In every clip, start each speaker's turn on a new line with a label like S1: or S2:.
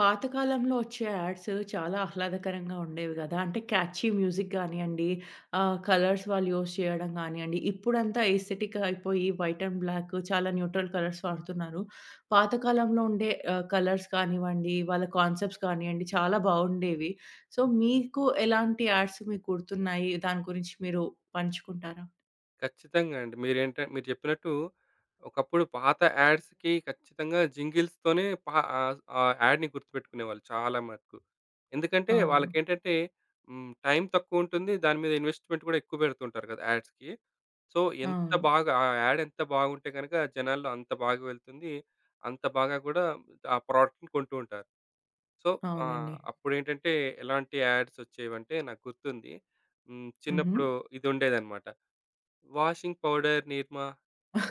S1: పాతకాలంలో వచ్చే యాడ్స్ చాలా ఆహ్లాదకరంగా ఉండేవి గదా! అంటే క్యాచీ మ్యూజిక్ గానియండి, కలర్స్ వాళ్ళు యూజ్ చేయడం గానియండి, ఇప్పుడంతా ఎస్థెటిక్ అయిపోయి వైట్ అండ్ బ్లాక్ చాలా న్యూట్రల్ కలర్స్ వాడుతున్నారు. పాతకాలంలో ఉండే కలర్స్ కానివ్వండి, వాళ్ళ కాన్సెప్ట్స్ కానియండి చాలా బావుండేవి. సో, మీకు ఎలాంటి యాడ్స్ గుర్తున్నాయి? దాని గురించి మీరు పంచుకుంటారా?
S2: ఖచ్చితంగా అండి. మీరు చెప్పినట్టు ఒకప్పుడు పాత యాడ్స్‌కి ఖచ్చితంగా జింగిల్స్‌తోనే ఆ యాడ్‌ని గుర్తుపెట్టుకునేవాళ్ళు చాలా మటుకు. ఎందుకంటే
S1: అవును.
S2: వాళ్ళకేంటంటే టైం తక్కువుంటుంది. దాని మీద ఇన్వెస్ట్‌మెంట్ కూడా ఎక్కువ పెడుతుంటారు కదా! యాడ్స్‌కి. సో,
S1: అవును.
S2: ఎంత బాగుంటే గనక జనాల్లో అంత బాగా వెళ్తుంది. అంత బాగా కూడా ఆ ప్రోడక్ట్‌ని కొంటూ ఉంటారు. సో,
S1: అవునండి.
S2: అప్పుడేంటంటే ఎలాంటి యాడ్స్ వచ్చేవంటే నాకు గుర్తుంది. హ్మ్.
S1: హుహు.
S2: చిన్నప్పుడు ఇదుండేదనమాట. Washing powder Nirma,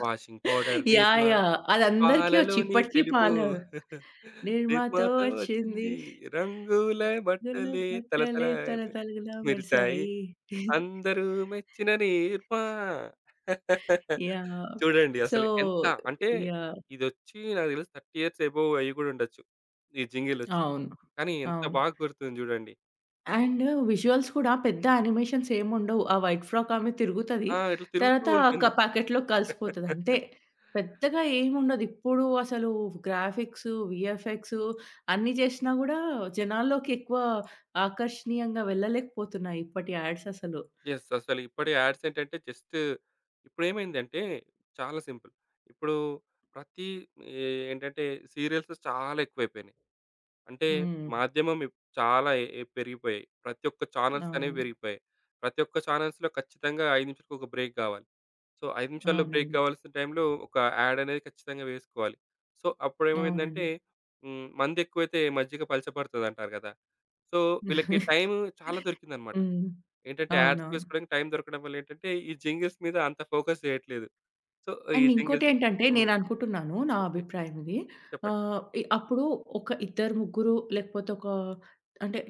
S2: washing powder
S1: yeah!
S2: Nirma,
S1: yeah! అదందరికీ ఒచ్చు.
S2: పాలలోని
S1: ఇప్పటికి
S2: తెలుపు.
S1: పాలు నిర్మాతో
S2: నిర్మాతో
S1: వచ్చింది.
S2: వచ్చింది రంగుల
S1: గులాబీ
S2: బట్టలే తళతళ
S1: బట్టలే
S2: మె
S1: తళతళలా
S2: మెరిసాయి.
S1: మెరిసాయి.
S2: అందరూ మెచ్చిన నిర్మా.
S1: యాహ్!
S2: చూడండి
S1: సో,
S2: అసలు ఎంత అంటే
S1: యాహ్!
S2: ఇదొచ్చి నాకు తెలిసి 30 ఇయర్స్ అబోవ్ అయ్యి గూడా ఉండొచ్చు. ఈ జింగిలొచ్చి.
S1: అవును.
S2: కానీ ఎంత
S1: అవును.
S2: బాగా గుర్తుంది జూడండి.
S1: అండ్ విజువల్స్ కూడా పెద్ద యానిమేషన్స్ ఏముండవు. ఆ వైట్ ఫ్రాక్ ఆమె తిరుగుతది.
S2: ఆ! ఇట్లా తిరుగుతూ
S1: తర్వాత
S2: ఉంటుంది.
S1: క ప్యాకెట్‌లో కలిసిపోతది అంతే. పెద్దగా ఏముండదు. ఇప్పుడు అసలు గ్రాఫిక్స్, వీఎఫ్ఎక్స్ అన్నీ చేసినా గూడా జనాల్లోకి ఎక్కువ ఆకర్షణీయంగా వెళ్ళలేకపోతున్నాయి ఇప్పటి యాడ్స్ అసలు.
S2: యెస్. అసలు ఇప్పటి యాడ్స్ ఏంటంటే జస్ట్ ఇప్పుడేమైందంటే చాలా సింపుల్. ఇప్పుడు ప్రతి ఏ ఏంటంటే సీరియల్స్ చాలా ఎక్కువైపోయినాయి. అంటే
S1: హ్మ్.
S2: మాధ్యమం చాలా పెరిగిపోయాయి. ప్రతి ఒక్క ఛానెల్స్ అనేవి
S1: అవును.
S2: పెరిగిపోయాయి. ప్రతి ఒక్క ఛానెల్స్‌లో ఖచ్చితంగా 5 నిమిషాలకు ఒక బ్రేక్ కావాలి. సో, 5 నిమిషాల్లో బ్రేక్
S1: అవునండి.
S2: కావాల్సిన టైంలో ఒక యాడ్ అనేది ఖచ్చితంగా వేసుకోవాలి. సో,
S1: అవునండి.
S2: అప్పుడేమైందంటే మందెక్కువైతే మజ్జిగ పలచబడుతదంటారు కదా! సో, వీళ్ళకి టైము చాలా దొరికిందన్నమాట.
S1: హ్మ్.
S2: ఏంటంటే యాడ్స్
S1: అవునవును.
S2: వేసుకోవడానికి టైం దొరకడం వల్ల ఏంటంటే, ఈ జింగిల్స్ మీద అంత ఫోకస్ చేయట్లేదు. సో, ఈ
S1: అండ్
S2: జింగిల్స్
S1: ఇంకోటేంటంటే
S2: హ్మ్.
S1: నేననుకుంటున్నాను, నా
S2: ఓకే.
S1: అభిప్రాయం ఇది.
S2: చెప్పండి.
S1: ఇ అప్పుడు ఒక ఇద్దరు, ముగ్గురు లేకపోతే ఒక అంటే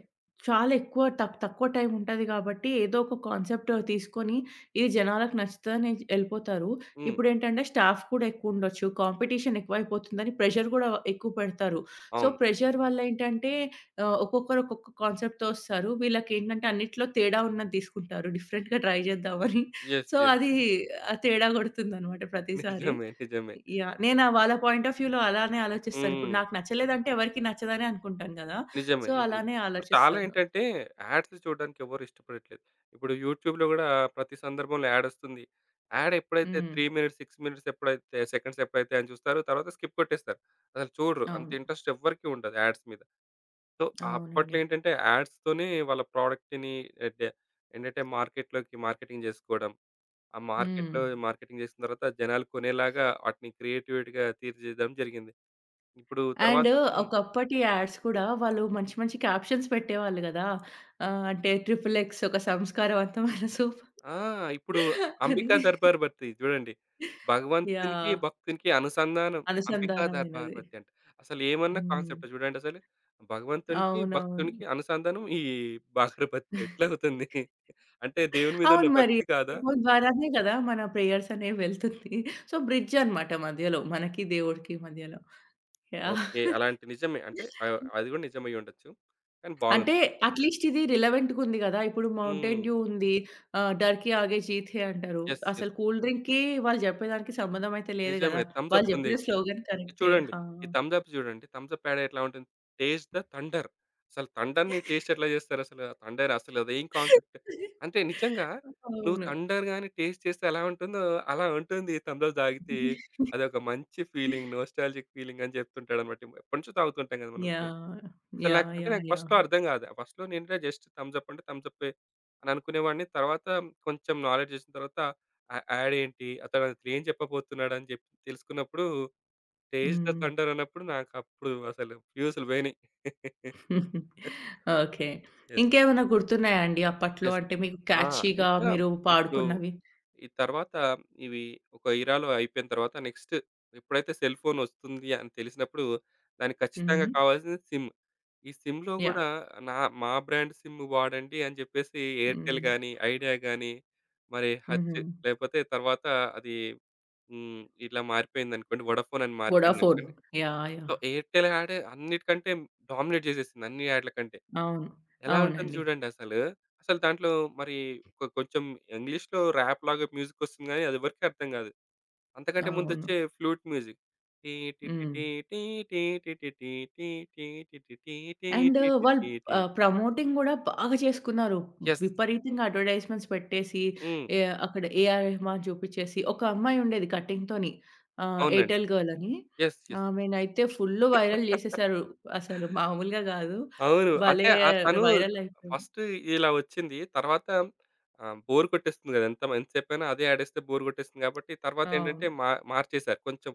S1: చాలా ఎక్కువ తక్కువ టైం ఉంటది కాబట్టి ఏదో ఒక కాన్సెప్ట్ తీసుకొని ఇది జనాలకు నచ్చుతదని ఎళ్ళిపోతారు.
S2: హ్మ్.
S1: ఇప్పుడేంటంటే స్టాఫ్ కూడా ఎక్కువుండొచ్చు. కాంపిటీషన్ ఎక్కువైపోతుందని ప్రెషర్ గూడా ఎక్కువ పెడతారు. సో,
S2: అవును.
S1: ప్రెషర్ వల్లేంటంటే ఒక్కొక్కరు ఒక్కొక్క కాన్సెప్ట్‌తో వస్తారు. వీళ్ళకేంటంటే అన్నిట్లో తేడా ఉన్నది తీసుకుంటారు, డిఫరెంట్‌గా ట్రై చేద్దామని.
S2: యెస్.
S1: So,
S2: yes.
S1: అది తేడా కొడుతుందనమాట ప్రతిసారి.
S2: నిజమే. నిజమే.
S1: యాహ్! నేను ఆ వాళ్ళ పాయింట్ ఆఫ్ వ్యూలో అలానే ఆలోచిస్తాను. ఇప్పుడు
S2: హ్మ్.
S1: నాకు నచ్చలేదంటే ఎవరికీ నచ్చదనే అనుకుంటాను గదా!
S2: నిజమే.
S1: సో,
S2: నిజమే.
S1: అలానే
S2: ఇప్పుడు చాలా
S1: ఆలోచిస్తాను.
S2: ఏంటంటే, యాడ్స్ చూడడానికి ఎవరు ఇష్టపడట్లేదు. ఇప్పుడు యూట్యూబ్‌లో గూడా ప్రతి సందర్భంలో యాడొస్తుంది. యాడ్ ఎప్పుడైతే
S1: హ్మ్.
S2: 3 మినిట్స్, 6 మినిట్స్ ఎప్పుడైతే సెకండ్స్ ఎప్పుడైతాయని చూస్తారు. తర్వాత స్కిప్ కొట్టేస్తారు. అసలు చూడరు. అంత
S1: అవును.
S2: ఇంట్రెస్ట్ ఎవ్వరికీ ఉండదు యాడ్స్ మీద. సో, అప్పట్లో
S1: అవునండి.
S2: ఏంటంటే యాడ్స్‌తోనే వాళ్ళ ప్రోడక్ట్‌ని ఎట్ ఏంటంటే మార్కెట్‌లోకి మార్కెటింగ్ జేసుకోవడం. ఆ
S1: హ్మ్.
S2: మార్కెట్‌లో మార్కెటింగ్ జేసిన తర్వాత జనాలు కొనేలాగా వాటిని క్రియేటివిటీ‌గా తీర్చిదిద్దడం జరిగింది. ఇప్పుడు
S1: అండ్
S2: తర్వాత హ్మ్.
S1: ఒకప్పటి యాడ్స్ కూడా వాళ్ళు మంచి మంచి క్యాప్షన్స్ పెట్టేవాళ్ళు గదా! అంటే 'ట్రిపుల్ ఎక్స్ ఒక సంస్కారవంతమైన సూప్'
S2: ఆ! ఇప్పుడు
S1: అని.
S2: 'అంబికా దర్బార్ బత్తి' చూడండి. భగవంతునికి,
S1: యాహ్!
S2: భక్తునికి అనుసంధానం 'అంబికా దర్బార్
S1: అనుసంధానమైనది.
S2: బత్తి' అంట. అసలేమన్నా
S1: హ్మ్.
S2: కాన్సెప్ట్ చూడండి అసలు. భగవంతునికి,
S1: అవునవును.
S2: భక్తునికి అనుసంధానం ఈ బార్బత్తి ఎట్లవుతుంది? అంటే దేవుని మీద ఉన్న
S1: అవును మరి.
S2: భక్తి కాదా?
S1: రేడియో ద్వారానే గదా! మన ప్రేయర్స్ అనేవి వెళ్తుంది. సో, బ్రిడ్జ్ అన్నమాట మధ్యలో. మనకి, దేవుడికి మధ్యలో. యాహ్!
S2: ఓకే. అలాంటి నిజమే. అంటే అది గూడా నిజమై ఉండొచ్చు. కానీ బాగుంది.
S1: అంటే అట్‌లీస్ట్ ఇది రిలవెంట్‌గా ఉంది గదా! ఇప్పుడు 'మౌంటైన్
S2: హ్మ్.
S1: డ్యూ' ఉంది. 'డర్ కి ఆగే జీత్ హై' అంటారు.
S2: యెస్.
S1: అసలు
S2: యెస్.
S1: కూల్ డ్రింక్‌కి వాళ్ళు జెప్పేదానికి సంబంధం అయితే లేదు
S2: నిజమే.
S1: గదా!
S2: థమ్స్
S1: వాళ్ళు
S2: అప్ ఉంది.
S1: జెప్పిన స్లోగన్
S2: ఇది
S1: కరెక్టే.
S2: చూడండి.
S1: ఆ!
S2: ఈ థమ్స్ అప్ చూడండి. థమ్స్ అప్ యాడ్ ఎట్లా ఉంటుంది? Taste the thunder. అసలు థండర్‌ని టేస్ట్ ఎట్లా చేస్తారసలు? థండర్ అసలు అదేం కాన్సెప్ట్. అంటే నిజంగా నువ్వు
S1: అవును.
S2: థండర్ గాని టేస్ట్ చేస్తే ఎలా ఉంటుందో, అలా ఉంటుంది థమ్స్ అప్ తాగితే. అదొక మంచి ఫీలింగ్. నోస్టాల్జిక్ ఫీలింగ్ అని చెప్తుంటాడన్నమాట. ఎప్పటినుంచో తాగుతుంటాం కదా! మనం.
S1: యాహ్!
S2: అసలు
S1: యాహ్! యాహ్!
S2: నాకు
S1: యాహ్!
S2: ఫస్ట్‌లో అర్థం కాదు. ఫస్ట్‌లో నేనంటే జస్ట్ థమ్స్ అప్ అంటే థమ్స్ అప్పే అని అనుకునేవాడిని. తర్వాత కొంచెం నాలెడ్జ్ వచ్చిన తర్వాత ఆ యాడ్ ఏంటి? అతను అసలు ఏం చెప్పబోతున్నాడు అని చెప్పి తెలుసుకున్నప్పుడు 'టేస్ట్ ద థండర్' అన్నప్పుడు నాకప్పుడు అసలు ఫ్యూసులు పోయినాయి.
S1: హ్మ్. ఓకే.
S2: యెస్.
S1: ఇంకేమైనా గుర్తున్నాయా అండి అప్పట్లో?
S2: యెస్.
S1: అంటే మీకు
S2: ఆ!
S1: క్యాచీగా
S2: ఇంకా
S1: మీరు
S2: ఇప్పుడు
S1: పాడుకున్నవి?
S2: ఈ తర్వాత ఇవి ఒక ఇరాలో అయిపోయిన తర్వాత నెక్స్ట్ ఎప్పుడైతే సెల్ ఫోన్ వస్తుంది అని తెలిసినప్పుడు దానికి ఖచ్చితంగా
S1: హుహు.
S2: కావాల్సింది సిమ్. ఈ సిమ్‌లో
S1: యాహ్!
S2: గూడా నా మా బ్రాండ్ సిమ్ వాడండి అని జెప్పేసి ఎయిర్‌టెల్
S1: హ్మ్.
S2: గానీ, ఐడియా గానీ, మరి
S1: హుహు.
S2: హచ్ లేకపోతే తర్వాత అది ఇట్లా మారిపోయిందనుకోండి. వొడాఫోన్ అని
S1: 'వోడాఫోన్.'
S2: మారిపోయిందనుకోండి.
S1: యాహ్! యాహ్!
S2: సో, ఎయిర్‌టెల్ యాడే అన్నిటికంటే డామినేట్ జేసేసింది అన్ని యాడ్ల కంటే.
S1: అవును.
S2: ఎలా ఉంటుంది
S1: అవునండి.
S2: చూడండి అసలు. అసలు దాంట్లో మరి కొంచెం ఇంగ్లీష్‌లో ర్యాప్ లాగా మ్యూజిక్ వస్తుంది గానీ, అదెవరికీ అర్థం గాదు. అంతకంటే
S1: అవును.
S2: ముందొచ్చే ఫ్లూట్ మ్యూజిక్. టీ టి టి
S1: హ్మ్.
S2: టీ టీ టీ టి టి టీ టీ టీ టి టి టీ టీ
S1: అండ్
S2: టి టి
S1: వాళ్ళు
S2: టీ టీ.
S1: ప్రమోటింగ్ గూడా బాగా చేసుకున్నారు.
S2: యెస్.
S1: విపరీతంగా అడ్వర్‌టైజ్‌మెంట్స్ పెట్టేసి,
S2: హ్మ్.
S1: ఏ అక్కడ ఏఆర్ రెహమాన్ చూపిచ్చేసి, ఒక అమ్మాయి ఉండేది కటింగ్‌తోని
S2: అవునండి.
S1: ఎయిర్‌టెల్ గర్ల్ అని.
S2: యెస్. యెస్.
S1: ఆమెనైతే ఫుల్లు వైరల్ జేసేసారు. అసలు మామూలుగా గాదు.
S2: అవును. అంటే
S1: భలే
S2: తను
S1: వైరల్ అయిపోయింది.
S2: ఫస్ట్ ఇలా వచ్చింది. తర్వాత బోర్ కొట్టేస్తుంది గదా! ఎంత ఎంత సేపైనా అదే ఆడేస్తే బోర్ కొట్టేస్తుంది కాబట్టి తర్వాతేంటంటే
S1: అవును.
S2: మార్చేసారు. కొంచెం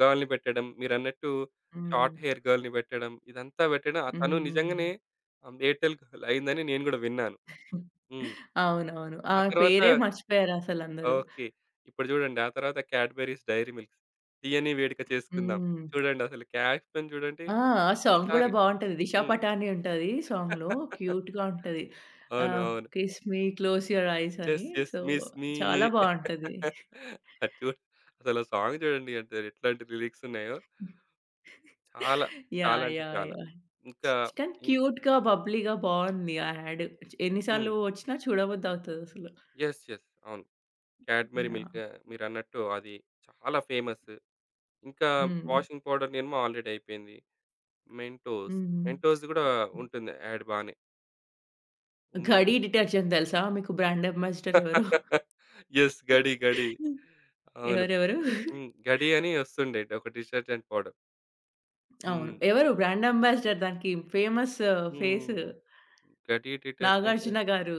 S2: గర్ల్‌ని పెట్టడం, మీరన్నట్టు
S1: హ్మ్.
S2: షార్ట్ హెయిర్ గర్ల్‌ని పెట్టడం, ఇదంతా పెట్టడం తను
S1: హ్మ్.
S2: నిజంగానే ఎయిర్‌టెల్ గర్ల్ అయిందని నేను గూడా విన్నాను. హ్మ్.
S1: అవునవును.
S2: ఆ
S1: ఆమె
S2: తర్వాత
S1: పేరే మర్చిపోయారసలందరూ.
S2: ఓకే. ఇప్పుడు జూడండి. ఆ తర్వాత 'క్యాడ్‌బెరీస్ డైరీ మిల్క్స్' తీయని వేడుక చేసుకుందాం.
S1: హ్మ్.
S2: చూడండి అసలు క్యాప్షన్ చూడండి
S1: ఆ! ఆ సాంగ్ గూడా
S2: ప్రతిసారి.
S1: బావుంటది. 'దిశా
S2: హ్మ్.
S1: పటాని' ఉంటది సాంగ్‌లో. క్యూట్‌గా ఉంటది.
S2: అవును.
S1: ఆహ్,
S2: అవును.
S1: 'Kiss me close your eyes' అని.
S2: Yes. Yes.
S1: So,
S2: miss me
S1: చాలా బావుంటది.
S2: అది చూడు అసలు ఆ సాంగ్ చూడండి. అంటే ఎట్లాంటి లిరిక్స్ ఉన్నాయో చాలా, చాలా
S1: యాహ్!
S2: అంటే
S1: యాహ్!
S2: చాలా.
S1: యాహ్!
S2: ఇంకా
S1: కానీ
S2: ఇం
S1: క్యూట్‌గా, బబ్లీగా బావుంది ఆ యాడ్. ఎన్ని
S2: హ్మ్.
S1: సార్లు వచ్చినా చూడబుద్దవుతదసలు.
S2: యెస్. యెస్. అవును. 'Cadbury
S1: yeah!
S2: మిల్క్' మీరన్నట్టు అది చాలా ఫేమస్. ఇంకా
S1: హ్మ్.
S2: వాషింగ్ పౌడర్ నేమో ఆల్రెడీ అయిపోయింది. 'మెంటోస్'
S1: హ్మ్.
S2: గూడా ఉంటుంది యాడ్ బానే. Women yes.
S1: 'ఘడీ' డిటర్జెంట్ తెలుసా మీకు? బ్రాండ్ అంబాసిడర్ ఎవరు?
S2: 'గడి గడి.' అవును.
S1: ఎవరెవరు?
S2: హ్మ్. 'గడి' అని వస్తుండే ఒక డిటర్జెంట్ పౌడర్.
S1: అవును.
S2: హ్మ్.
S1: ఎవరు బ్రాండ్ అంబాసిడర్ దానికి? Famous face.
S2: హ్మ్. 'గడి' డిటర్జెంట్
S1: నాగార్జున గారు.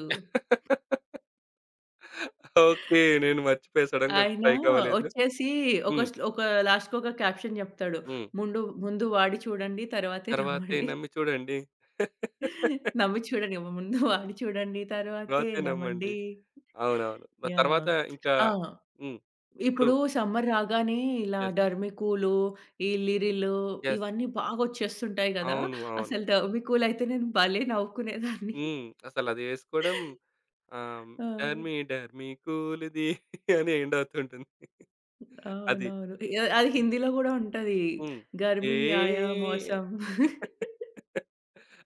S2: ఓకే. నేను మర్చిపోయా సడెన్‌గా
S1: ఆయన
S2: స్ట్రైక్ అవ్వలేదు.
S1: ఒచ్చేసి ఒక
S2: హ్మ్.
S1: శ్లో ఒక లాస్ట్‌కొక క్యాప్షన్ జెప్తాడు.
S2: హ్మ్.
S1: ముందు వాడి చూడండి తర్వాతే
S2: తర్వాతే
S1: నమ్మండి.
S2: నమ్మి చూడండి.
S1: నమ్మి చూడండి. ముందు వాడి చూడండి తర్వాతే
S2: తర్వాతే నమ్మండి.
S1: నమ్మండి.
S2: అవునవును. మరి
S1: యాహ్!
S2: తర్వాత ఇంకా
S1: ఆ!
S2: హ్మ్. ఇప్పుడు
S1: ఇప్పుడు సమ్మర్ రాగానే ఇలా
S2: యెస్.
S1: డర్మికూలు, ఈ లిరిలు
S2: యెస్.
S1: ఇవన్నీ బాగొచ్చేస్తుంటాయి గదా!
S2: అవును. అవును.
S1: అసలు డర్మికూలయితే నేను భలే నవ్వుకునేదాన్ని.
S2: హ్మ్. అసలదేసుకోవడం ఆహ్,
S1: ఆ!
S2: డర్మీ డర్మీ కూలిది అని ఎండ్ అవుతుంటుంది. అది.
S1: అవునవును. అది
S2: హ్మ్.
S1: హిందీలో గూడా ఉంటది.
S2: హ్మ్. ఏ
S1: 'గర్మీ ఆయా మౌసమ్.'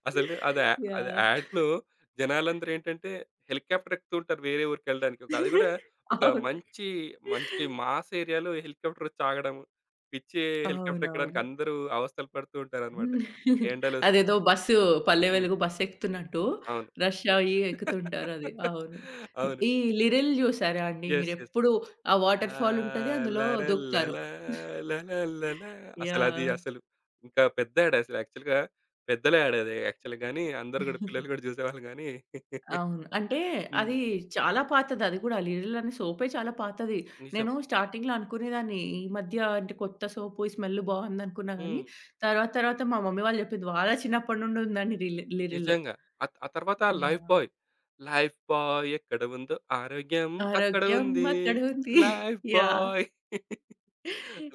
S2: అసలు అది యా అది
S1: యాహ్!
S2: యాడ్‌లో జనాలందరూ ఏంటంటే హెలికాప్టర్ ఎక్కుతుంటారు వేరే ఊరికెళ్ళడానికి. ఒక అది కూడా ఒక
S1: అవును.
S2: మంచి మాస్ ఏరియాలో హెలికాప్టర్ వచ్చి ఆగడం. పిచ్చి హెలికాప్టర్ ఎక్కడానికి
S1: అవునవును.
S2: అందరూ అవస్థలు పడుతూ ఉంటారనమాట.
S1: అదేదో
S2: ఎండలొస్తుంటాయి.
S1: బస్సు పల్లె
S2: హ్మ్.
S1: వెలుగు బస్సు ఎక్కుతున్నట్టు
S2: అవును.
S1: రష్ అయ్యి ఎక్కుతుంటారది. అవును.
S2: అవును.
S1: ఈ 'లిరిల్' జూసారా అండి
S2: యెస్. యెస్.
S1: మీరెప్పుడు? ఆ వాటర్
S2: ఆ!
S1: ఫాల్ ఉంటది. అందులో
S2: లర
S1: దూకుతారు.
S2: లలా లల లలా అసలది
S1: యాహ్!
S2: అసలు ఇంకా పెద్ద యాడ్ అసలు యాక్చువల్‌గా పెద్దల యాడ్ అది యాక్చువల్‌గా గానీ, అందరూ గూడా పిల్లలు గూడా జూసేవాళ్ళు గానీ
S1: అవును. అంటే
S2: హ్మ్.
S1: అది చాలా పాతది అది గూడా. 'లీడల్' అనే సోపే చాలా పాతది.
S2: నిజం.
S1: నేను స్టార్టింగ్‌లో అనుకునేదాన్ని, ఈ మధ్య అంటే కొత్త సోపు, ఈ స్మెల్ బావుందనుకున్నా గానీ,
S2: హ్మ్.
S1: తర్వాత తర్వాత మా మమ్మీ వాళ్ళు చెప్పింది. వాళ్ళ చిన్నప్పటి నుండి ఉందండి 'లిరిల్.'
S2: నిజంగా. ఆ ఆ తర్వాత Life
S1: yeah!
S2: Buoy. Lifebuoy ఎక్కడ ఉందో ఆరోగ్యం అక్కడ
S1: ఆరోగ్యం
S2: ఉంది.
S1: అక్కడుంది.
S2: Life
S1: yeah!
S2: Buoy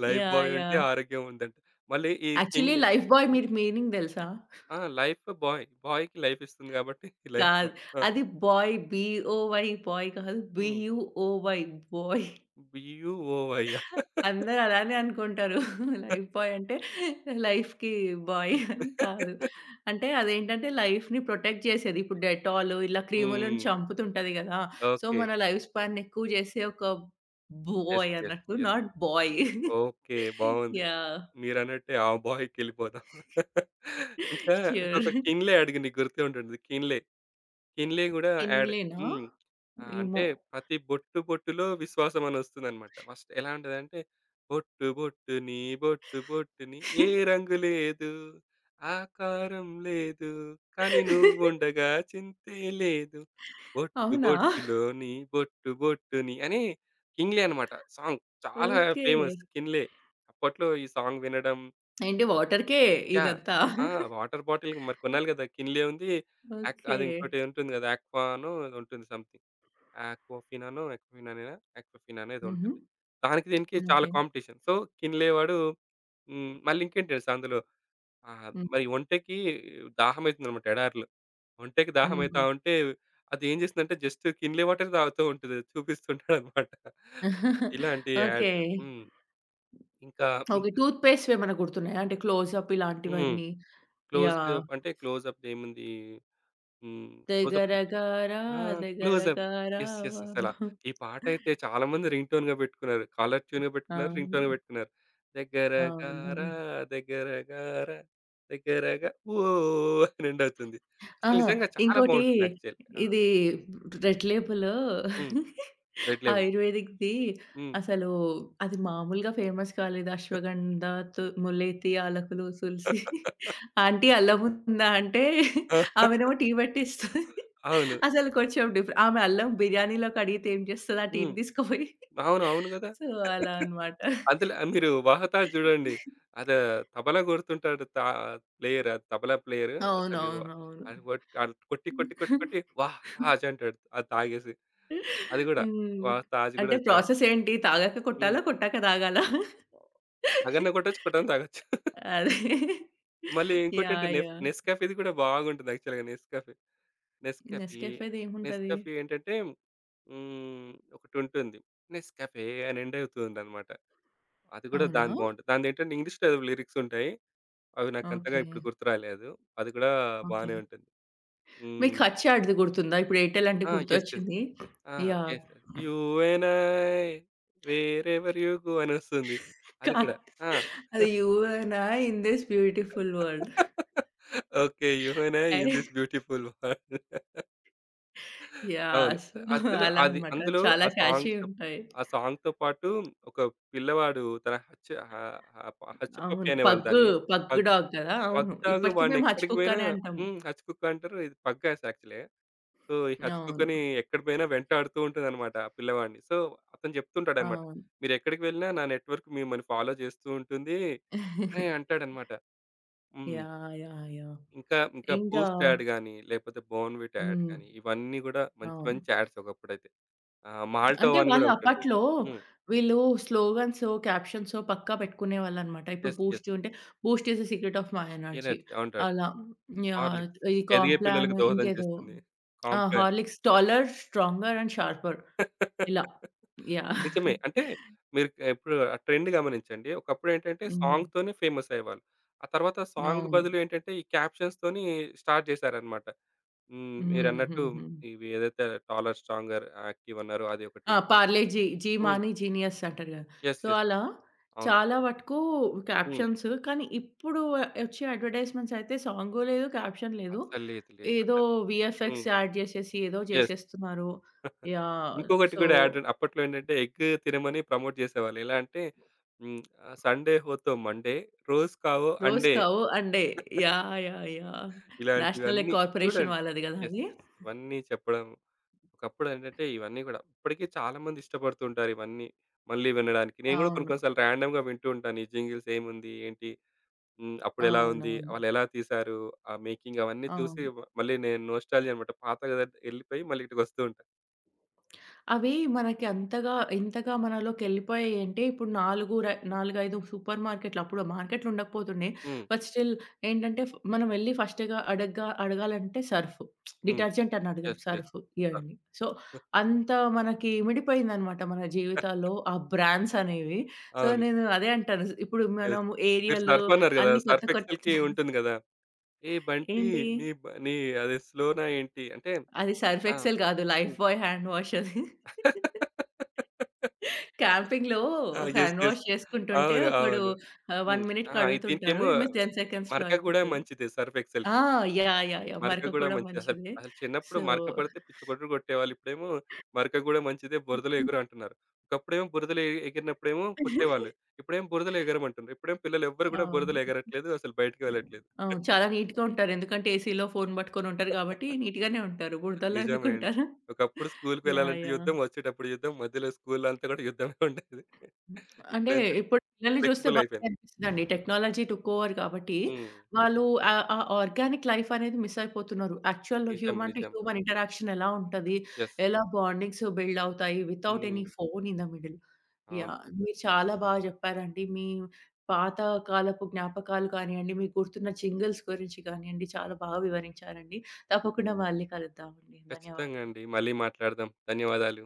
S2: Life
S1: yeah!
S2: Buoy ఉంటే
S1: యాహ్!
S2: ఆరోగ్యం ఉందంట. మళ్ళీ ఈ
S1: యాక్చువల్లీ
S2: కింగ్‌లే
S1: 'లైఫ్ బాయ్'
S2: హ్మ్.
S1: మీరు మీనింగ్ తెలుసా?
S2: ఆ! Life boy. బాయ్‌కి లైఫ్ ఇస్తుంది గాబట్టి లైఫ్
S1: కాదు.
S2: బాయ్. ఆ!
S1: అది బాయ్ బీ-ఓ-వై బాయ్ కాదు,
S2: హ్మ్.
S1: B U O Y buoy.
S2: బియుఓవైయ్యా?
S1: అందరూ అలానే అనుకుంటారు. లైఫ్ బాయ్ అంటే లైఫ్‌కి బాయ్
S2: హ్మ్.
S1: అని కాదు. అంటే అదేంటంటే లైఫ్‌ని ప్రొటెక్ట్ చేసేది. ఇప్పుడు డెటాల్ ఇలా క్రీములను
S2: హ్మ్.
S1: చంపుతుంటది కదా! So,
S2: okay.
S1: మన లైఫ్ స్పాన్‌ని ఎక్కువ చేసే ఒక
S2: యెస్.
S1: Buoy
S2: yes.
S1: అన్నట్టు,
S2: యెస్.
S1: Not buoy.
S2: ఓకే. బావుంది.
S1: యాహ్!
S2: మీరన్నట్టే ఆ బాయ్‌కెళ్ళిపోదాం. ఇంకా
S1: ష్యూర్.
S2: ఇంకొక 'కిన్లే' అడిగా నీకు గుర్తే ఉంటుంది. 'కిన్లే.' హిన్లీ గూడా యాడ్.
S1: స్కిన్‌లేనా?
S2: హ్మ్. ఆ! అంటే
S1: ఏమో.
S2: ప్రతి బొట్టు బొట్టులో విశ్వాసం అని ఒస్తదనమాట. ఫస్ట్ ఎలా ఉంటదంటే బొట్టు బొట్టుని ఏ రంగు లేదు, ఆకారం లేదు, కానీ నువ్వుండగా చింతే లేదు.
S1: అవునా?
S2: బొట్టు బొట్టుని అని కింగ్లే అనమాట సాంగ్. చాలా
S1: ఓకే.
S2: Famous Kinley. అప్పట్లో ఈ సాంగ్ వినడం
S1: ఏంటి వాటర్‌కే
S2: యాహ్!
S1: ఇదంతా?
S2: ఆ! వాటర్ బాటిల్ మరి కొనాలి గదా! కిన్లీ ఉంది. యాక్
S1: ఓకే.
S2: అది ఇంకోటి ఉంటుంది గదా! ఆక్వానో ఏదో ఉంటుంది సంథింగ్. ఆక్వాఫినానో, ఆక్వాఫినానేనా? ఆక్వాఫినానో ఏదో
S1: హుహు.
S2: ఉంటుంది. దానికి దీనికి చాలా
S1: ఓకే.
S2: కాంపిటీషన్. సో, కిన్లే వాడు మళ్ళీ ఇంకేంటి తెలుసా అందులో
S1: హ్మ్.
S2: మరి ఒంటెకి దాహమైతుందన్నమాట ఎడారిలో. ఒంటెకి దాహమైతా
S1: హుహు.
S2: ఉంటే అది ఏం చేస్తుందంటే జస్ట్ కిన్లీ వాటర్ తాగుతూ ఉంటది. చూపిస్తుంటాడన్నమాట. ఇలాంటి
S1: ఓకే.
S2: యాడ్స్. హ్మ్. ఇంకా
S1: ఓకే.
S2: ఇంకా
S1: టూత్ పేస్ట్‌వేమన్నా గుర్తున్నాయా? అంటే క్లోజప్
S2: హ్మ్.
S1: ఇలాంటివన్నీ. యాహ్!
S2: క్లోజ్‌అప్ ఏముంది హ్మ్. క్లోజప్ కొట్టారు.
S1: 'దగ్గరగారా
S2: ఆ! క్లోజప్. యెస్. యెస్.
S1: దగ్గరగారావా.'
S2: అసలా ఈ పాటైతే చాలామంది రింగ్ టోన్‌గా పెట్టుకున్నారు. కాలర్ ట్యూన్‌గా పెట్టుకున్నారు. రింగ్ టోన్‌గా
S1: అవును.
S2: పెట్టుకున్నారు. దగ్గర
S1: అవునవును.
S2: గారా దగ్గర గారా దగ్గరగా ఓ అని ఎండ్ అవుతుంది.
S1: ఆ!
S2: అసలు నిజంగా చాలా
S1: ఇంకోటి
S2: బావుంటుంది యాక్చువల్లీ. ఆ!
S1: ఇది 'రెడ్ లేబుల్'
S2: హ్మ్. 'Red Lemon'.
S1: ఆయుర్వేదిక్‌ది.
S2: హ్మ్.
S1: అసలు అది మామూలుగా ఫేమస్ కాలేదు. అశ్వగంధ, ములేతి, ఆలకులు, తులసి. ఆంటీ అల్లం ఉందా అంటే ఆమెనేమో టీ పెట్టిస్తది.
S2: అవును.
S1: అసలు కొంచెం డిఫరె ఆమె అల్లం బిర్యానీలో కడిగితే ఏం చేస్తది? ఆ
S2: హ్మ్.
S1: టీని తీసుకుపోయి.
S2: అవును. అవును కదా!
S1: సో, అలా అన్నమాట.
S2: అందులో మీరు 'వాహతా' చూడండి. అది తబలా కొడుతుంటాడు ప్లేయర్ అది తబలా ప్లేయర్. అసలు
S1: అవునవునవును.
S2: అది ఆడు కొట్టి, కొట్టి, కొట్టి, కొట్టి వాహ్! తాజ్ అంటాడు. అది తాగేసి. అది కూడా
S1: హ్మ్.
S2: వాహ్! తాజ్ కూడా
S1: అంటే
S2: చాలా
S1: ప్రాసెస్ ఏంటి? తాగాక
S2: హ్మ్.
S1: కొట్టాలా? కొట్టాక తాగాలా?
S2: తాగన్నా కొట్టొచ్చు, కొట్టన్నా తాగొచ్చు.
S1: అదే.
S2: మళ్ళీ ఇంకోటేంటి
S1: యాహ్! యాహ్!
S2: 'నెస్కాఫే'ది కూడా బాగుంటుంది యాక్చువల్‌గా 'నెస్కాఫే'. 'నెస్కాఫే'
S1: నెస్‌కెఫేది ఏముంటది?
S2: 'నెస్కాఫే' ఏంటంటే హ్మ్. ఒకటుంటుంది. 'నెస్కాఫే' అని ఎండ్ అవుతుందన్నమాట. అది కూడా
S1: అవునా?
S2: దాని బావుంటది. దానిదేంటంటే ఇంగ్లీష్‌లో ఏదో లిరిక్స్ ఉంటాయి. అవి నాకంతగా
S1: ఓకే.
S2: ఇప్పుడు గుర్తు రాలేదు. అది కూడా
S1: ఓకే.
S2: బానే ఉంటుంది.
S1: మీకు
S2: హ్మ్.
S1: హచ్ యాడ్‌ది గుర్తుందా? ఇప్పుడు ఎయిర్‌టెల్ అంటే
S2: ఆ! యెస్. యెస్.
S1: గుర్తొచ్చింది.
S2: ఆ!
S1: Yeah!
S2: Yes. You and I wherever you go అనొస్తుంది.
S1: కా
S2: అది కూడా. ఆ!
S1: అది you and I in this beautiful world.
S2: Okay. You and I
S1: అయ్
S2: in this beautiful world.
S1: Yeah!
S2: అవును.
S1: సో,
S2: అసలు
S1: అలా
S2: అది
S1: అన్నమాట.
S2: అందులో
S1: చాలా
S2: ఆ
S1: క్యాచీ
S2: సాంగ్‌తో
S1: ఉంటాయి.
S2: ఆ సాంగ్‌తో పాటు ఒక పిల్లవాడు తన హచ్చ హ హ హచ్చపప్పి
S1: అవును.
S2: అనేవాళ్ళు
S1: పగ్గు,
S2: దాన్ని.
S1: పగ్గు
S2: పగ్
S1: డాగ్ కదా!
S2: పగ్
S1: అవును.
S2: డాగ్
S1: ఇప్పటికి మేము హచ్
S2: వాడినెక్కడికి
S1: కుక్
S2: పోయినా
S1: అనే అంటాం.
S2: హ్మ్. హచ్‌కుక్ అంటారు. ఇది పగ్ యాస్ యాక్చువల్లీ. సో, ఈ
S1: అవును.
S2: హచ్చుకుకని ఎక్కడ పోయినా వెంటాడుతూ ఉంటదనమాట ఆ పిల్లవాడిని. సో, అతను చెప్తుంటాడనమాట.
S1: అవును.
S2: "మీరెక్కడికి వెళ్ళినా నా నెట్‌వర్క్ మిమ్మల్ని ఫాలో చేస్తూ ఉంటుంది" అని అంటాడనమాట. హ్మ్.
S1: యాహ్! యాహ్! యాహ్!
S2: ఇంకా
S1: ఇంకా
S2: బూస్ట్ యాడ్ గాని, లేకపోతే బోర్న్‌విటా యాడ్
S1: హ్మ్.
S2: గాని, ఇవన్నీ గూడా మంచి
S1: అవును.
S2: మంచి యాడ్స్ ఒకప్పుడైతే. మాల్టో
S1: అంటే
S2: అని గూడా
S1: వాళ్ళు
S2: ఒకటుండేది.
S1: అప్పట్లో
S2: హ్మ్.
S1: వీళ్ళు స్లోగన్సో, క్యాప్షన్సో పక్కా పెట్టుకునేవాళ్ళనమాట. ఇప్పుడు
S2: యెస్. యెస్.
S1: 'బూస్ట్' ఉంటే 'Boost is the secret of my energy'
S2: energy అంటాడు.
S1: అలా. యాహ్!
S2: హార్లిక్స్
S1: ఈ
S2: ఎదిగే
S1: కాంప్లాన్
S2: పిల్లలకు దోహదం
S1: ఇంకేదో
S2: చేస్తుంది.
S1: ఆ!
S2: Complan.
S1: 'Horlicks taller, stronger and sharper' ఇలా. యాహ్!
S2: నిజమే. అంటే మీరు ఇప్పుడు ఆ ట్రెండ్ గమనించండి. ఒకప్పుడు ఏంటంటే
S1: హ్మ్.
S2: సాంగ్‌తోనే ఫేమస్ అయ్యేవాళ్ళు. ఆ తర్వాత సాంగ్
S1: అవును.
S2: బదులు ఏంటంటే ఈ క్యాప్షన్స్‌తోని స్టార్ట్ చేశారన్నమాట. హ్మ్.
S1: హ్మ్.
S2: మీరన్నట్టు
S1: హ్మ్. హ్మ్.
S2: ఇవి ఏదైతే టాలర్, స్ట్రాంగర్, యాక్టివ్ అన్నారో అది
S1: ఆ!
S2: ఒకటి.
S1: 'పార్లేజీ', 'జీ జీ
S2: హ్మ్.
S1: మాని జీనియస్' అంటారు గదా!
S2: యెస్.
S1: So,
S2: yes.
S1: అలా
S2: అవును.
S1: చాలా వటుకు
S2: హ్మ్.
S1: క్యాప్షన్స్. కానీ ఇప్పుడు వచ్చే అడ్వర్‌టైజ్‌మెంట్స్ అయితే సాంగు లేదు, క్యాప్షన్ లేదు.
S2: అస్సలు లేదు. లేదు.
S1: ఏదో
S2: అసలు. హ్మ్.
S1: వీఎఫ్ఎక్స్ యాడ్ జేసేసి ఏదో
S2: యెస్.
S1: జేసేస్తున్నారు. యాహ్!
S2: ఇంకొకటి
S1: సో,
S2: కూడా యాడ్ అప్పట్లో ఏంటంటే ఎగ్ తినమని ప్రమోట్ చేసేవాళ్ళు. ఎలా అంటే హ్మ్. సండే హో తో మండే, రోజ్ కావో
S1: 'రోజ్
S2: అండే
S1: కా వో అండే.' Yeah! Yeah! Yeah! National egg
S2: ఇలాంటివన్నీ
S1: కార్పొరేషన్
S2: చూడండి.
S1: వాళ్ళది గదా!
S2: యెస్.
S1: అది.
S2: యెస్. ఇవన్నీ చెప్పడం ఒకప్పుడు ఏంటంటే ఇవన్నీ గూడా ఇప్పటికి చాలా మంది ఇష్టపడుతూ ఉంటారు ఇవన్నీ. మళ్ళీ వినడానికి. నేను గూడా కొన్ని
S1: అవును.
S2: కొన్ని సార్లు ర్యాండమ్‌గా వింటూ ఉంటాను. ఈ జింగిల్స్ ఏముంది? ఏంటి? హ్మ్. అప్పుడెలా ఉంది?
S1: అవునవును.
S2: వాళ్ళెలా తీశారు? ఆ మేకింగ్ అవన్నీ చూసి
S1: అవును.
S2: మళ్ళీ నేను నోస్టాల్జియా అనమాట. పాత గదంటే ఎళ్ళిపోయి మళ్ళీ ఇటుకి వస్తూ ఉంటా.
S1: అవి మనకి అంతగా ఎంతగా మనలోకెళ్ళిపోయాయి అంటే, ఇప్పుడు 4 ర 4, 5 సూపర్ మార్కెట్‌లు అప్పుడు మార్కెట్‌లు ఉండకపోతుండే.
S2: హ్మ్.
S1: బట్ స్టిల్ ఏంటంటే, ఫ్ మనం వెళ్లి ఫస్ట్‌గా అడగాలంటే సర్ఫ్.
S2: హ్మ్.
S1: డిటర్జెంట్ అని అడగం.
S2: యెస్. యెస్.
S1: Surf
S2: Surf.
S1: ఇయండి. సో, అంత మనకి ఇమిడిపోయిందనమాట మన జీవితాల్లో ఆ బ్రాండ్స్ అనేవి. సో,
S2: అవును.
S1: నేను అదే అంటాను. ఇప్పుడు
S2: యెస్.
S1: మనం
S2: మీరు
S1: ఏరియల్
S2: సర్ఫ్ అన్నారు గదా!
S1: అన్ని కొత్త
S2: సర్ఫ్ ఎక్సెల్‌కి
S1: కొత్త
S2: ఉంటుంది గదా! ఏ బంటి
S1: ఏంటి?
S2: నీ బ నీ అది స్లోనా ఏంటి? అంటే
S1: అది సర్ఫ్
S2: ఆ!
S1: ఎక్సెల్ కాదు. లైఫ్
S2: హ్మ్.
S1: బాయ్ హ్యాండ్ వాష్ అది. క్యాంపింగ్‌లో
S2: ఆ! యెస్.
S1: Hand
S2: yes.
S1: వాష్ చేసుకుంటుంటే
S2: అవును.
S1: ఒకడు
S2: అవును.
S1: 1
S2: హ్మ్. ఆ!
S1: మినిట్‌కి
S2: ఇది-
S1: అడుగుతుంటారు.
S2: దీనికేమో
S1: ఈమె 10 సెకండ్స్‌లో
S2: మరక గూడా
S1: అయిపోతది.
S2: మంచిదే సర్ఫ్
S1: ఆ!
S2: ఎక్సెల్‌కి.
S1: యాహ్! యాహ్! యాహ్!
S2: మరక
S1: మరక
S2: గూడా
S1: కూడా
S2: మంచిది. అసలు
S1: మంచిదే.
S2: అసలు చిన్నప్పుడు
S1: సో
S2: మరక పడితే పిచ్చి కొట్టుడు కొట్టేవాళ్ళు. ఇప్పుడేమో మరక గూడా మంచిదే బురదలో ఎగురు అంటున్నారు. ఒకప్పుడేమో బురదలో ఎగిరినప్పుడేమో కొట్టేవాళ్ళు. ఇప్పుడేమో బురదలో ఎగరమంటున్నారు. ఇప్పుడేమో పిల్లలెవ్వరు గూడా బురదలో
S1: అవును.
S2: ఎగరట్లేదు. అసలు బయటికి వెళ్ళట్లేదు.
S1: అవును. చాలా నీట్‌గా ఉంటారు. ఎందుకంటే ఏసీలో ఫోను పట్టుకొని ఉంటారు కాబట్టి నీట్‌గానే ఉంటారు. బురదలో
S2: నిజమే అండి.
S1: ఎందుకుంటారు?
S2: ఒకప్పుడు స్కూలుకి
S1: యాహ్!
S2: వెళ్ళాలంటే
S1: యాహ్!
S2: యుద్ధం, వచ్చేటప్పుడు యుద్ధం, మధ్యలో స్కూలు అంతా గూడా యుద్ధమే ఉండేది.
S1: హ్మ్. అంటే
S2: ఇప్పుడేంటంటే
S1: ఇప్పుడు పిల్లల్ని చూస్తే
S2: ఫ్లెక్సిబుల్
S1: బాధ
S2: అయిపోయింది.
S1: అనిపిస్తదండి. టెక్నాలజీ టుక్ ఓవర్ కాబట్టి
S2: హ్మ్.
S1: వాళ్ళు ఆ ఆ ఆర్గానిక్ లైఫ్ అనేది మిస్ అయిపోతున్నారు. యాక్చువల్
S2: నిజం.
S1: హ్యూమన్ టు
S2: నిజం.
S1: హ్యూమన్ ఇంటరాక్షన్ ఎలా ఉంటది?
S2: యెస్.
S1: ఎలా బాండింగ్స్ బిల్డ్ అవుతాయి? వితౌట్
S2: హ్మ్.
S1: Any phone in the middle.
S2: అవును.
S1: యాహ్! మీరు చాలా బాగా చెప్పారండి. మీ పాత కాలపు జ్ఞాపకాలు కానియండి, మీకు గుర్తున్న జింగిల్స్ గురించి కానియండి, చాలా బాగా వివరించారండి. తప్పకుండా మళ్ళీ కలుద్దామండి.
S2: ఖచ్చితంగా
S1: ధన్యవాదాలు.
S2: అండి. మళ్ళీ మాట్లాడదాం. ధన్యవాదాలు.